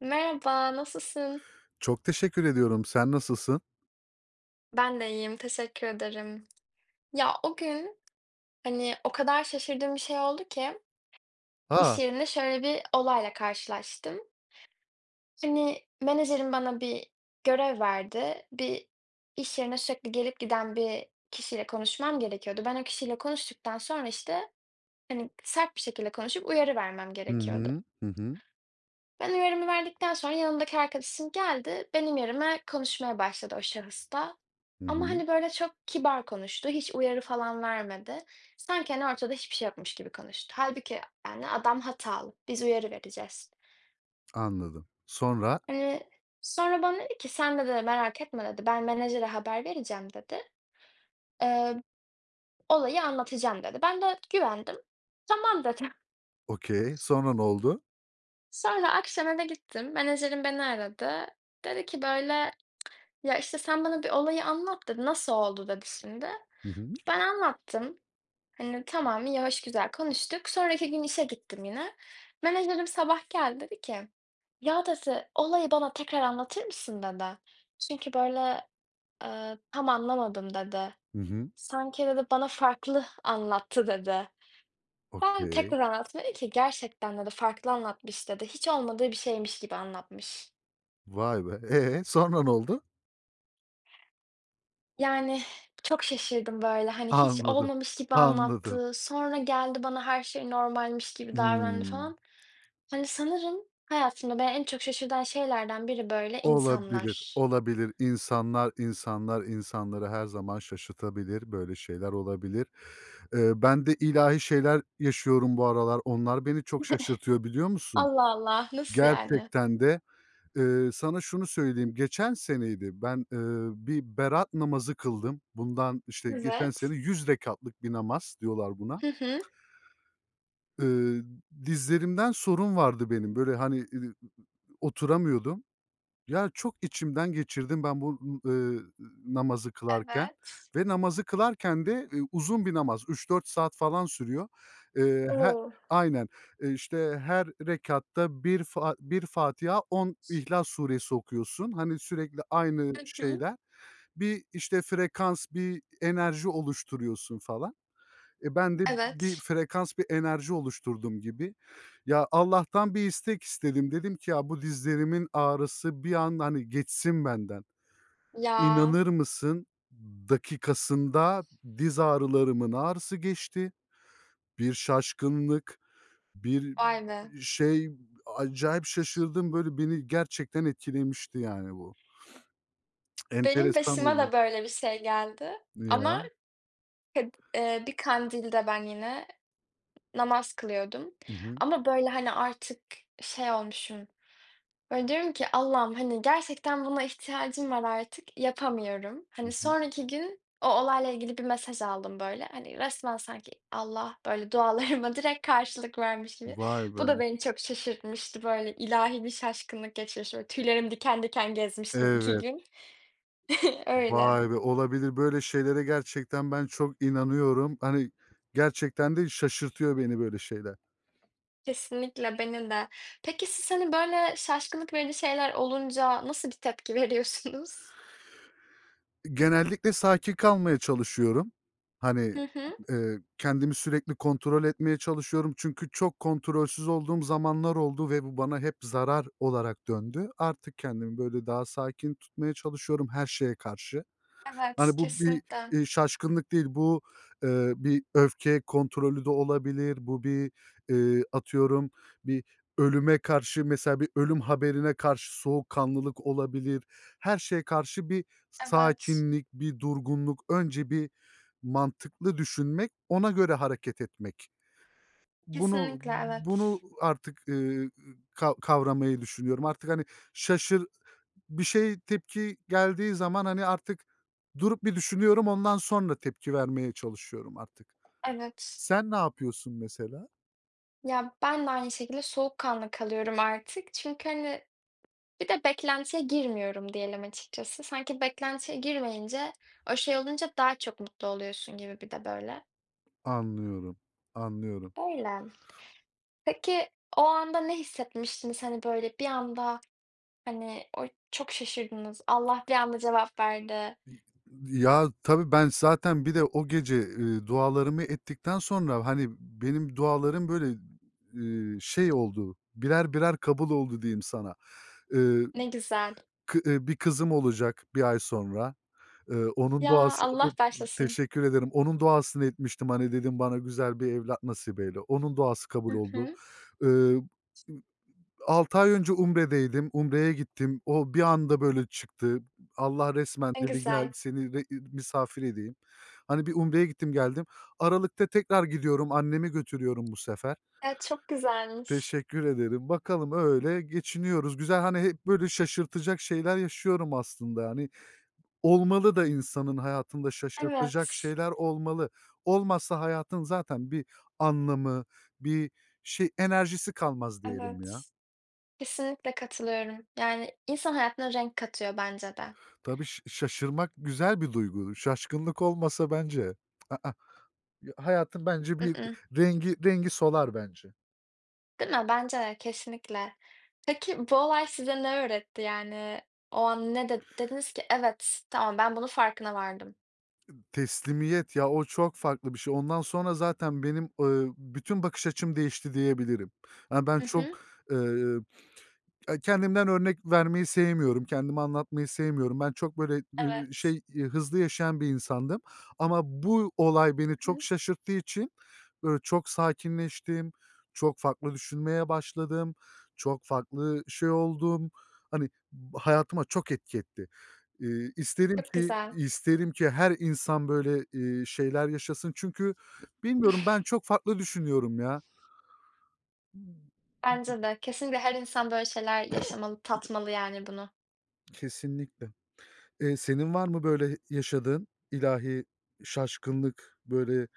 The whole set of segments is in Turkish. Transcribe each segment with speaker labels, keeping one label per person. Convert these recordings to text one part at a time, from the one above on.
Speaker 1: Merhaba, nasılsın?
Speaker 2: Çok teşekkür ediyorum. Sen nasılsın?
Speaker 1: Ben de iyiyim, teşekkür ederim. Ya o gün hani o kadar şaşırdığım bir şey oldu ki iş
Speaker 2: A!
Speaker 1: yerinde şöyle bir olayla karşılaştım. Hani menajerim bana bir görev verdi. Bir iş yerine sürekli gelip giden bir kişiyle konuşmam gerekiyordu. Ben o kişiyle konuştuktan sonra işte hani sert bir şekilde konuşup uyarı vermem
Speaker 2: Hı
Speaker 1: gerekiyordu.
Speaker 2: hı. Hı hı.
Speaker 1: Ben uyarımı verdikten sonra yanımdaki arkadaşım geldi. Benim yerime konuşmaya başladı o şahıs da.
Speaker 2: Hı
Speaker 1: Ama
Speaker 2: hı.
Speaker 1: hani böyle çok kibar konuştu. Hiç uyarı falan vermedi. Sanki hani ortada hiçbir şey yokmuş gibi konuştu. Halbuki yani adam hatalı. Biz uyarı vereceğiz.
Speaker 2: Anladım. Sonra?
Speaker 1: Hani sonra bana dedi ki sen de merak etme dedi. Ben menajere haber vereceğim dedi. "Ee, olayı anlatacağım" dedi. Ben de güvendim. Tamam dedim.
Speaker 2: Okay. Sonra ne oldu?
Speaker 1: Sonra akşam eve gittim. Menajerim beni aradı. Dedi ki böyle, ya, işte, "Sen bana bir olayı anlat." dedi. "Nasıl oldu?" dedi şimdi.
Speaker 2: Hı hı.
Speaker 1: Ben anlattım. Hani, tamam, iyi, hoş, güzel konuştuk. Sonraki gün işe gittim yine. Menajerim sabah geldi, dedi ki, "Ya," dedi, "olayı bana tekrar anlatır mısın?" dedi. "Çünkü, böyle, tam anlamadım." dedi.
Speaker 2: Hı hı.
Speaker 1: "Sanki," dedi, "bana farklı anlattı." dedi. Ben
Speaker 2: Okay.
Speaker 1: tekrar anlattım, ki, "Gerçekten," dedi, "farklı anlatmış." dedi. "Hiç olmadığı bir şeymiş gibi anlatmış."
Speaker 2: Vay be! E, sonra ne oldu?
Speaker 1: Yani, çok şaşırdım, böyle, hani, hiç
Speaker 2: Anladım.
Speaker 1: olmamış gibi
Speaker 2: Anladım.
Speaker 1: anlattı. Sonra geldi bana her şey normalmiş gibi davrandı
Speaker 2: Hımm.
Speaker 1: falan. Hani, sanırım hayatımda beni en çok şaşırtan şeylerden biri, böyle,
Speaker 2: Olabilir,
Speaker 1: insanlar.
Speaker 2: olabilir. İnsanlar insanları her zaman şaşırtabilir. Böyle şeyler olabilir. Ben de ilahi şeyler yaşıyorum bu aralar. Onlar beni çok şaşırtıyor biliyor musun?
Speaker 1: Allah Allah! Nasıl yani?
Speaker 2: Gerçekten de. Sana şunu söyleyeyim, geçen seneydi. Ben, bir berat namazı kıldım. Bundan, işte, geçen
Speaker 1: Evet.
Speaker 2: sene 100 rekâtlık bir namaz diyorlar buna.
Speaker 1: Hı hı.
Speaker 2: Eee, dizlerimden sorun vardı benim. Böyle, hani, oturamıyordum. Ya, çok içimden geçirdim ben bu, n namazı kılarken
Speaker 1: Evet.
Speaker 2: ve namazı kılarken de, uzun bir namaz, üç dört saat falan sürüyor. Her
Speaker 1: Oo.
Speaker 2: Aynen. İşte, her rekatta bir Fatiha, 10 İhlas Suresi okuyorsun. Hani, sürekli aynı
Speaker 1: Hı hı.
Speaker 2: şeyler. Bir, işte, frekans, bir enerji oluşturuyorsun falan. E, ben de bir
Speaker 1: Evet.
Speaker 2: frekans, bir enerji oluşturdum gibi. Ya, Allah'tan bir istek istedim. Dedim ki, "Ya, bu dizlerimin ağrısı bir an, hani, geçsin benden."
Speaker 1: Ya,
Speaker 2: İnanır mısın, dakikasında diz ağrılarımın ağrısı geçti. Bir şaşkınlık, bir
Speaker 1: vay be!
Speaker 2: şey, acayip şaşırdım. Böyle, beni gerçekten etkilemişti, yani, bu.
Speaker 1: Benim
Speaker 2: Enteresan
Speaker 1: başıma
Speaker 2: oldu.
Speaker 1: da böyle bir şey geldi
Speaker 2: Ya
Speaker 1: ama kad bir kandilde ben yine namaz kılıyordum
Speaker 2: Hı hı.
Speaker 1: ama, böyle, hani, artık şey olmuşum, böyle, diyorum ki Allah'ım, hani, gerçekten buna ihtiyacım var artık, yapamıyorum.
Speaker 2: Hı
Speaker 1: Hani,
Speaker 2: hı.
Speaker 1: sonraki gün o olayla ilgili bir mesaj aldım, böyle. Hani, resmen sanki Allah, böyle, dualarıma direkt karşılık vermiş gibi.
Speaker 2: Vay
Speaker 1: Bu da
Speaker 2: be!
Speaker 1: beni çok şaşırtmıştı, böyle, ilahi bir şaşkınlık geçirmiştim. Böyle, tüylerim diken diken gezmiştim 2
Speaker 2: Evet.
Speaker 1: gün. Öyle.
Speaker 2: Vay be! Olabilir. Böyle şeylere gerçekten ben çok inanıyorum. Hani, gerçekten de şaşırtıyor beni böyle şeyler.
Speaker 1: Kesinlikle, benim de. Peki siz, hani, böyle, şaşkınlık verici şeyler olunca nasıl bir tepki veriyorsunuz?
Speaker 2: Genellikle sakin kalmaya çalışıyorum. Hani,
Speaker 1: Hı hı.
Speaker 2: kendimi sürekli kontrol etmeye çalışıyorum. Çünkü çok kontrolsüz olduğum zamanlar oldu ve bu bana hep zarar olarak döndü. Artık kendimi böyle daha sakin tutmaya çalışıyorum her şeye karşı.
Speaker 1: Evet,
Speaker 2: Hani, bu bir,
Speaker 1: kesinlikle.
Speaker 2: şaşkınlık değil, bu, bir öfke kontrolü de olabilir, bu bir, atıyorum, bir ölüme karşı mesela bir ölüm haberine karşı soğukkanlılık olabilir. Her şeye karşı bir
Speaker 1: Evet,
Speaker 2: sakinlik, bir durgunluk, önce bir mantıklı düşünmek, ona göre hareket etmek. Bunu
Speaker 1: kesinlikle
Speaker 2: bunu
Speaker 1: evet.
Speaker 2: artık, kavramayı düşünüyorum. Artık, hani, şaşır bir şey tepki geldiği zaman, hani, artık durup bir düşünüyorum, ondan sonra tepki vermeye çalışıyorum artık.
Speaker 1: Evet.
Speaker 2: Sen ne yapıyorsun mesela?
Speaker 1: Ya, ben de aynı şekilde soğukkanlı kalıyorum artık. Çünkü, hani, bir de beklentiye girmiyorum diyelim açıkçası. Sanki beklentiye girmeyince, o şey olunca daha çok mutlu oluyorsun gibi bir de böyle.
Speaker 2: Anlıyorum, anlıyorum.
Speaker 1: Öyle. Peki, o anda ne hissetmiştiniz? Hani, böyle bir anda, hani, o çok şaşırdınız. Allah bir anda cevap verdi.
Speaker 2: Ya, tabii ben zaten bir de o gece, dualarımı ettikten sonra, hani, benim dualarım böyle, şey oldu, birer birer kabul oldu diyeyim sana. Eee,
Speaker 1: Ne güzel.
Speaker 2: kı bir kızım olacak bir ay sonra. Onun
Speaker 1: Ya,
Speaker 2: duası
Speaker 1: Allah
Speaker 2: o.
Speaker 1: başlasın.
Speaker 2: Teşekkür ederim. Onun duasını etmiştim, hani, dedim, "Bana güzel bir evlat nasip eyle." Onun duası kabul
Speaker 1: Hı
Speaker 2: oldu.
Speaker 1: hı.
Speaker 2: Eee, 6 ay önce Umre'deydim. Umre'ye gittim. O bir anda böyle çıktı. Allah resmen
Speaker 1: Ne
Speaker 2: dedi, "Gel,
Speaker 1: güzel.
Speaker 2: seni misafir edeyim." Hani, bir Umre'ye gittim, geldim. Aralık'ta tekrar gidiyorum. Annemi götürüyorum bu sefer.
Speaker 1: Evet, çok güzelmiş.
Speaker 2: Teşekkür ederim. Bakalım öyle geçiniyoruz. Güzel, hani, hep böyle şaşırtacak şeyler yaşıyorum aslında. Hani, olmalı da insanın hayatında şaşırtacak
Speaker 1: Evet,
Speaker 2: şeyler olmalı. Olmazsa hayatın zaten bir anlamı, bir şey enerjisi kalmaz diyelim ya.
Speaker 1: evet. Kesinlikle katılıyorum. Yani, insan hayatına renk katıyor bence de.
Speaker 2: Tabii şaşırmak güzel bir duygu. Şaşkınlık olmasa bence I ıh, hayatın bence
Speaker 1: Mm
Speaker 2: bir
Speaker 1: mm.
Speaker 2: rengi solar bence.
Speaker 1: Değil mi? Bence de kesinlikle. Peki, bu olay size ne öğretti? Yani, o an ne de dediniz ki, "Evet, tamam, ben bunun farkına vardım."
Speaker 2: Teslimiyet ya, o çok farklı bir şey. Ondan sonra zaten benim, bütün bakış açım değişti diyebilirim. Yani ben
Speaker 1: Hı
Speaker 2: çok.
Speaker 1: hı.
Speaker 2: Eee Eee, kendimden örnek vermeyi sevmiyorum, kendimi anlatmayı sevmiyorum. Ben çok böyle,
Speaker 1: Evet.
Speaker 2: şey, hızlı yaşayan bir insandım ama bu olay beni
Speaker 1: Hı
Speaker 2: çok
Speaker 1: hı.
Speaker 2: şaşırttığı için, böyle, çok sakinleştim, çok farklı düşünmeye başladım, çok farklı şey oldum. Hani, hayatıma çok etki etti. İii, isterim
Speaker 1: Çok
Speaker 2: ki
Speaker 1: güzel.
Speaker 2: isterim ki her insan böyle, şeyler yaşasın çünkü bilmiyorum ben çok farklı düşünüyorum ya.
Speaker 1: Bence de. Kesinlikle her insan böyle şeyler yaşamalı, tatmalı yani bunu.
Speaker 2: Kesinlikle. Senin var mı böyle yaşadığın ilahi şaşkınlık, böyle.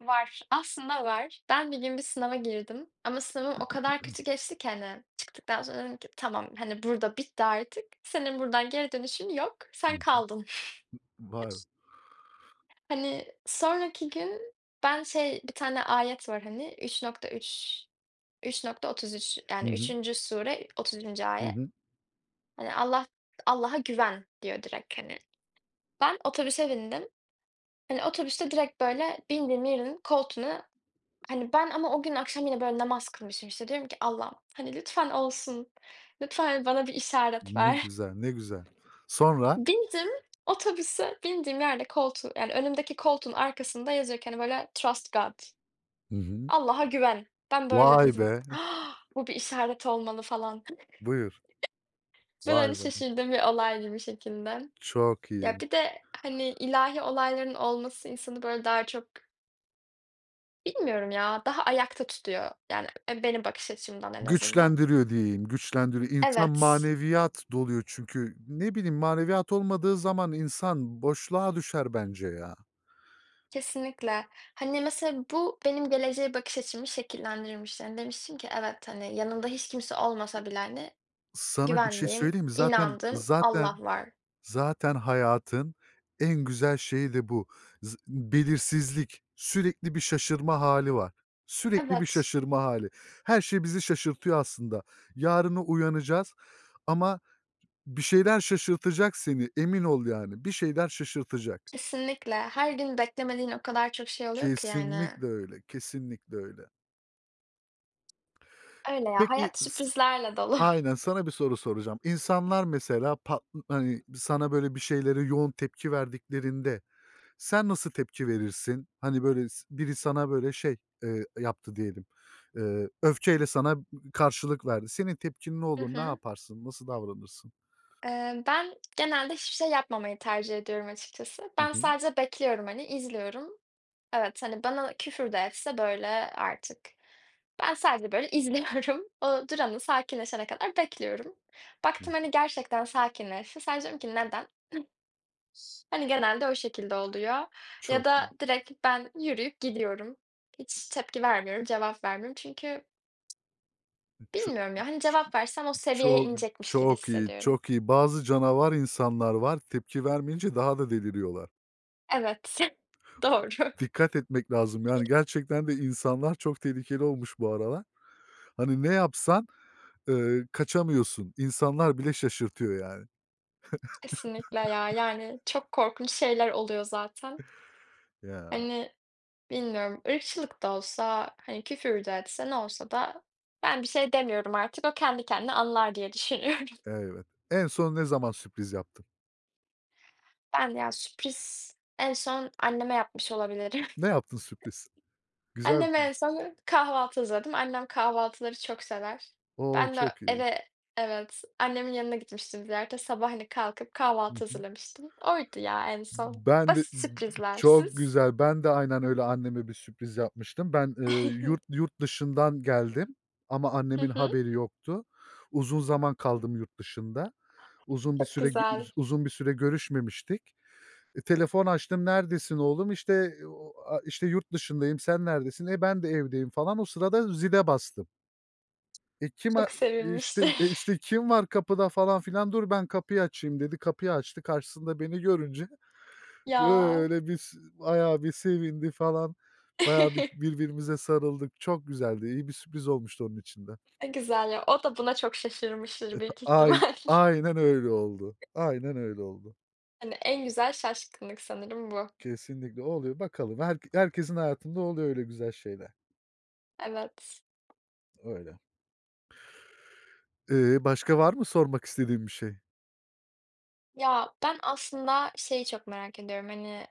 Speaker 1: Var. Aslında var. Ben bir gün bir sınava girdim ama sınavım o kadar kötü geçti ki, hani, çıktıktan sonra dedim ki "Tamam, hani, burada bitti artık. Senin buradan geri dönüşün yok.
Speaker 2: Hı
Speaker 1: Sen
Speaker 2: hı.
Speaker 1: kaldın."
Speaker 2: Var.
Speaker 1: Hani, sonraki gün ben şey, bir tane ayet var, hani, üç nokta üç üç nokta nokta 33
Speaker 2: Hı
Speaker 1: yani
Speaker 2: hı.
Speaker 1: üçüncü sure 30.
Speaker 2: Hı
Speaker 1: ayet.
Speaker 2: hı.
Speaker 1: Hani, Allah Allah'a güven diyor direkt, hani. Ben otobüse bindim. Hani, otobüste direkt böyle bindiğim yerin koltuğuna. Hani, ben ama o gün akşam yine, böyle, namaz kılmışım, işte, diyorum ki "Allah'ım, hani, lütfen olsun. Lütfen bana bir işaret
Speaker 2: Ne
Speaker 1: ver."
Speaker 2: güzel, ne güzel. Sonra?
Speaker 1: Bindim otobüse, bindiğim yerde koltuğu yani, önümdeki koltuğun arkasında yazıyor ki, hani, böyle, "Trust God."
Speaker 2: Hı hı.
Speaker 1: Allah'a güven. Ben böyle
Speaker 2: Vay
Speaker 1: dedim.
Speaker 2: be!
Speaker 1: "Ah, bu bir işaret olmalı falan."
Speaker 2: Buyur.
Speaker 1: Böyle,
Speaker 2: Vay
Speaker 1: hani,
Speaker 2: be!
Speaker 1: şaşırdığım bir olaydı bir şekilde.
Speaker 2: Çok
Speaker 1: Ya,
Speaker 2: iyi.
Speaker 1: bir de, hani, ilahi olayların olması insanı, böyle, daha çok, bilmiyorum ya, daha ayakta tutuyor. Yani, benim bakış açımdan en azından.
Speaker 2: Güçlendiriyor diyeyim, güçlendiriyor. İnsan
Speaker 1: Evet.
Speaker 2: maneviyat doluyor çünkü. Ne bileyim, maneviyat olmadığı zaman insan boşluğa düşer bence ya.
Speaker 1: Kesinlikle. Hani, mesela bu benim geleceğe bakış açımı şekillendirmiş. Yani, demiştim ki evet, hani, yanımda hiç kimse olmasa bile, hani,
Speaker 2: Sana bir şey
Speaker 1: güvendiğim,
Speaker 2: söyleyeyim mi? Zaten
Speaker 1: inandığım Allah
Speaker 2: zaten
Speaker 1: var.
Speaker 2: Zaten hayatın en güzel şeyi de bu. Belirsizlik, sürekli bir şaşırma hali var. Sürekli bir
Speaker 1: Evet,
Speaker 2: şaşırma hali. Her şey bizi şaşırtıyor aslında. Yarını uyanacağız ama bir şeyler şaşırtacak seni, emin ol yani. Bir şeyler şaşırtacak.
Speaker 1: kesinlikle. Her gün beklemediğin o kadar çok şey oluyor ki yani.
Speaker 2: Kesinlikle öyle, kesinlikle öyle.
Speaker 1: Öyle ya,
Speaker 2: Peki
Speaker 1: hayat
Speaker 2: s
Speaker 1: sürprizlerle dolu.
Speaker 2: Aynen, sana bir soru soracağım. İnsanlar mesela pat hani, sana böyle bir şeylere yoğun tepki verdiklerinde. Sen nasıl tepki verirsin? Hani, böyle, biri sana, böyle, şey, yaptı diyelim, öfkeyle sana karşılık verdi. Senin tepkin ne
Speaker 1: Hı
Speaker 2: olur? Ne
Speaker 1: hı.
Speaker 2: yaparsın? Nasıl davranırsın?
Speaker 1: Ben genelde hiçbir şey yapmamayı tercih ediyorum açıkçası.
Speaker 2: Hı
Speaker 1: Ben
Speaker 2: hı.
Speaker 1: sadece bekliyorum, hani, izliyorum. Evet, hani, bana küfür de etse, böyle, artık ben sadece, böyle, izliyorum. O duranın sakinleşene kadar bekliyorum.
Speaker 2: Hı.
Speaker 1: Baktım, hani, gerçekten sakinleşti. Sadece diyorum ki neden? Hani, genelde o şekilde oluyor ya
Speaker 2: Çok,
Speaker 1: da direkt ben yürüyüp gidiyorum. Hiç tepki vermiyorum, cevap vermiyorum. Çünkü
Speaker 2: ço
Speaker 1: bilmiyorum ya, hani, cevap versem o seviyeye
Speaker 2: çok,
Speaker 1: inecekmiş gibi
Speaker 2: Çok iyi,
Speaker 1: hissediyorum.
Speaker 2: çok iyi. Bazı canavar insanlar var, tepki vermeyince daha da deliriyorlar.
Speaker 1: Evet, doğru.
Speaker 2: Dikkat etmek lazım. Yani, gerçekten de insanlar çok tehlikeli olmuş bu aralar. Hani, ne yapsan, kaçamıyorsun. İnsanlar bile şaşırtıyor yani.
Speaker 1: Kesinlikle ya, yani, çok korkunç şeyler oluyor zaten.
Speaker 2: Ya.
Speaker 1: Hani, bilmiyorum, ırkçılık da olsa, hani, küfür de etse, ne olsa da ben bir şey demiyorum artık, o kendi kendine anlar diye düşünüyorum.
Speaker 2: Evet. En son ne zaman sürpriz yaptın?
Speaker 1: Ben ya sürpriz, en son anneme yapmış olabilirim.
Speaker 2: Ne yaptın sürpriz? Güzel bir
Speaker 1: Anneme en
Speaker 2: sürpriz.
Speaker 1: son kahvaltı hazırladım. Annem kahvaltıları çok sever.
Speaker 2: O!
Speaker 1: Ben de
Speaker 2: Çok iyi.
Speaker 1: eve, evet, annemin yanına gitmiştim ziyarete. Sabah, hani, kalkıp
Speaker 2: Hı
Speaker 1: kahvaltı
Speaker 2: hı.
Speaker 1: hazırlamıştım. Oydu ya en son.
Speaker 2: Ben de
Speaker 1: Basit sürprizler.
Speaker 2: Çok
Speaker 1: Siz?
Speaker 2: güzel. Ben de aynen öyle anneme bir sürpriz yapmıştım. Ben, yurt yurt dışından geldim ama
Speaker 1: Hı
Speaker 2: annemin
Speaker 1: hı.
Speaker 2: haberi yoktu. Uzun zaman kaldım yurt dışında. Uzun bir
Speaker 1: Çok
Speaker 2: süre
Speaker 1: güzel.
Speaker 2: uzun bir süre görüşmemiştik. E, telefon açtım, "Neredesin oğlum?" İşte, o a işte, "Yurt dışındayım, sen neredesin?" "E, ben de evdeyim." falan. O sırada zile bastım. E, kim a
Speaker 1: Çok
Speaker 2: e, işte,
Speaker 1: sevinmiştir.
Speaker 2: e, işte, "Kim var kapıda?" falan filan. "Dur ben kapıyı açayım." dedi. Kapıyı açtı. Karşısında beni görünce
Speaker 1: Ya.
Speaker 2: böyle bir s bayağı bir sevindi falan. Bayağı bir birbirimize sarıldık. Çok güzeldi. İyi bir sürpriz olmuştu onun içinde de.
Speaker 1: Ne güzel ya. O da buna çok şaşırmıştır büyük
Speaker 2: Ay
Speaker 1: ihtimal.
Speaker 2: aynen öyle oldu. Aynen öyle oldu.
Speaker 1: Hani, en güzel şaşkınlık sanırım bu.
Speaker 2: Kesinlikle oluyor. Bakalım herkesin hayatında oluyor öyle güzel şeyler.
Speaker 1: Evet.
Speaker 2: Öyle. Başka var mı sormak istediğin bir şey?
Speaker 1: Ya, ben aslında şeyi çok merak ediyorum, hani,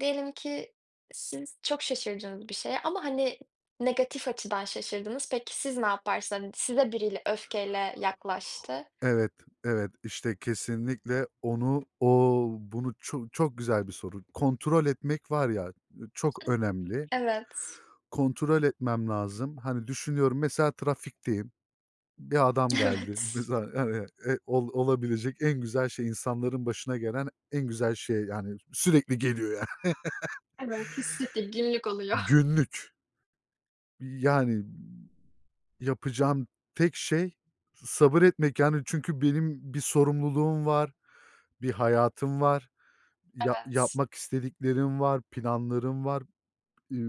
Speaker 1: diyelim ki siz çok şaşırdınız bir şeye ama, hani, negatif açıdan şaşırdınız. Peki siz ne yaparsınız? Hani, size biriyle öfkeyle yaklaştı.
Speaker 2: Evet, evet, işte, kesinlikle onu, o bunu, çok çok güzel bir soru. Kontrol etmek var ya, çok önemli.
Speaker 1: Evet.
Speaker 2: Kontrol etmem lazım. Hani, düşünüyorum, mesela trafikteyim, bir adam geldi.
Speaker 1: Evet.
Speaker 2: Mesela, hani, e ol olabilecek en güzel şey, insanların başına gelen en güzel şey, yani, sürekli geliyor yani.
Speaker 1: Evet, hissettik, günlük oluyor.
Speaker 2: Günlük. Yani, yapacağım tek şey sabır etmek. Yani, çünkü benim bir sorumluluğum var, bir hayatım var.
Speaker 1: Evet.
Speaker 2: Yapmak istediklerim var, planlarım var. Eee,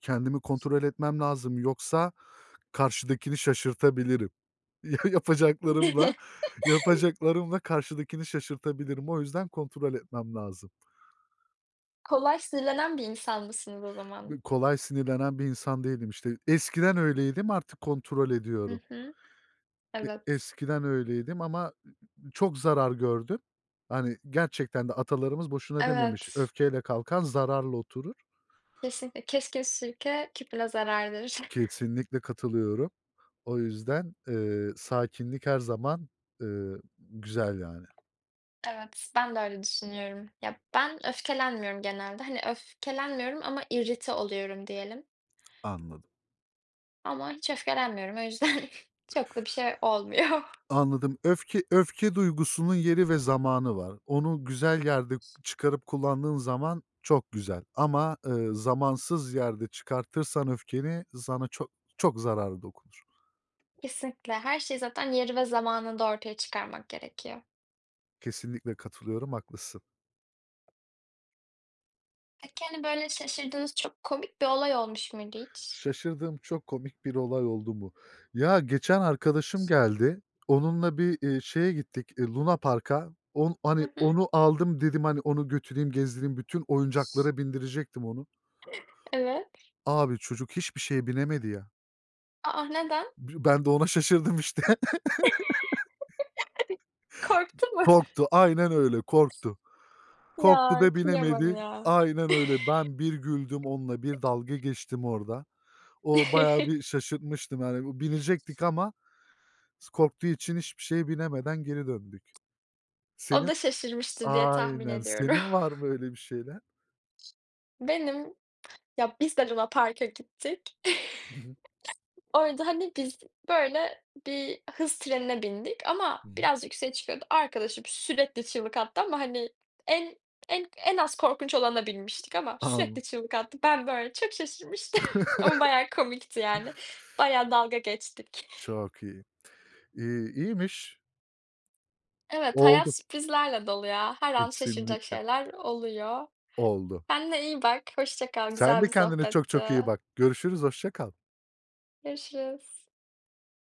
Speaker 2: kendimi kontrol etmem lazım yoksa karşıdakini şaşırtabilirim. Ya yapacaklarımla yapacaklarımla karşıdakini şaşırtabilirim. O yüzden kontrol etmem lazım.
Speaker 1: Kolay sinirlenen bir insan mısınız o zaman?
Speaker 2: Kolay sinirlenen bir insan değilim işte. Eskiden öyleydim, artık kontrol
Speaker 1: Hı
Speaker 2: ediyorum.
Speaker 1: hı.
Speaker 2: E
Speaker 1: Evet.
Speaker 2: eskiden öyleydim ama çok zarar gördüm. Hani, gerçekten de atalarımız boşuna dememiş,
Speaker 1: Evet,
Speaker 2: "Öfkeyle kalkan zararla oturur."
Speaker 1: kesinlikle. Keskin sirke küpüne zarar verir.
Speaker 2: Kesinlikle katılıyorum. O yüzden, sakinlik her zaman, güzel yani.
Speaker 1: Evet, ben de öyle düşünüyorum. Ya, ben öfkelenmiyorum genelde. Hani, öfkelenmiyorum ama irrite oluyorum diyelim.
Speaker 2: Anladım,
Speaker 1: Ama hiç öfkelenmiyorum. O yüzden çok da bir şey olmuyor.
Speaker 2: anladım. Öfke duygusunun yeri ve zamanı var. Onu güzel yerde çıkarıp kullandığın zaman çok güzel ama, zamansız yerde çıkartırsan öfkeni sana çok çok zararı dokunur.
Speaker 1: Kesinlikle. Her şeyi zaten yeri ve zamanında ortaya çıkarmak gerekiyor.
Speaker 2: Kesinlikle katılıyorum, haklısın.
Speaker 1: Peki, hani, böyle şaşırdığınız çok komik bir olay olmuş muydu hiç?
Speaker 2: Şaşırdığım çok komik bir olay oldu mu? Ya, geçen arkadaşım geldi. Onunla bir, şeye gittik, Luna Park'a.
Speaker 1: Hı
Speaker 2: Hani,
Speaker 1: hı,
Speaker 2: onu aldım, dedim, hani, onu götüreyim, gezdireyim. Bütün oyuncaklara bindirecektim onu.
Speaker 1: evet.
Speaker 2: Abi, çocuk hiçbir şeye binemedi ya.
Speaker 1: A, neden?
Speaker 2: Ben de ona şaşırdım işte.
Speaker 1: Korktu mu?
Speaker 2: Korktu. Aynen öyle, korktu. Korktu
Speaker 1: Ya,
Speaker 2: da
Speaker 1: kıyamam
Speaker 2: binemedi.
Speaker 1: ya.
Speaker 2: Aynen öyle. Ben bir güldüm onunla, bir dalga geçtim orada. O bayağı bir şaşırtmıştım, yani, binecektik ama korktuğu için hiçbir şeye binemeden geri döndük.
Speaker 1: O
Speaker 2: Senin
Speaker 1: da şaşırmıştır diye tahmin
Speaker 2: Aynen.
Speaker 1: ediyorum.
Speaker 2: Senin var mı öyle bir şeyler?
Speaker 1: Benim, ya, biz de Luna Park'a gittik.
Speaker 2: Hı hı.
Speaker 1: Orada, hani, biz, böyle, bir hız trenine bindik
Speaker 2: Hı
Speaker 1: ama
Speaker 2: hı.
Speaker 1: biraz yükseğe çıkıyordu. Arkadaşım sürekli çığlık attı ama, hani, en en az korkunç olana binmiştik ama
Speaker 2: Anladım.
Speaker 1: sürekli çığlık attı. Ben, böyle, çok şaşırmıştım ama bayağı komikti, yani. Bayağı dalga geçtik.
Speaker 2: Çok iyi. İii, iyiymiş.
Speaker 1: Evet, hayat
Speaker 2: Oldu.
Speaker 1: sürprizlerle dolu ya. Her an şaşıracak
Speaker 2: Kesinlikle.
Speaker 1: şeyler oluyor.
Speaker 2: Oldu.
Speaker 1: Kendine iyi bak, hoşça kal.
Speaker 2: Sen
Speaker 1: Güzel
Speaker 2: de
Speaker 1: bir
Speaker 2: kendine çok çok iyi
Speaker 1: sohbetti.
Speaker 2: bak. Görüşürüz, hoşça kal.
Speaker 1: Görüşürüz.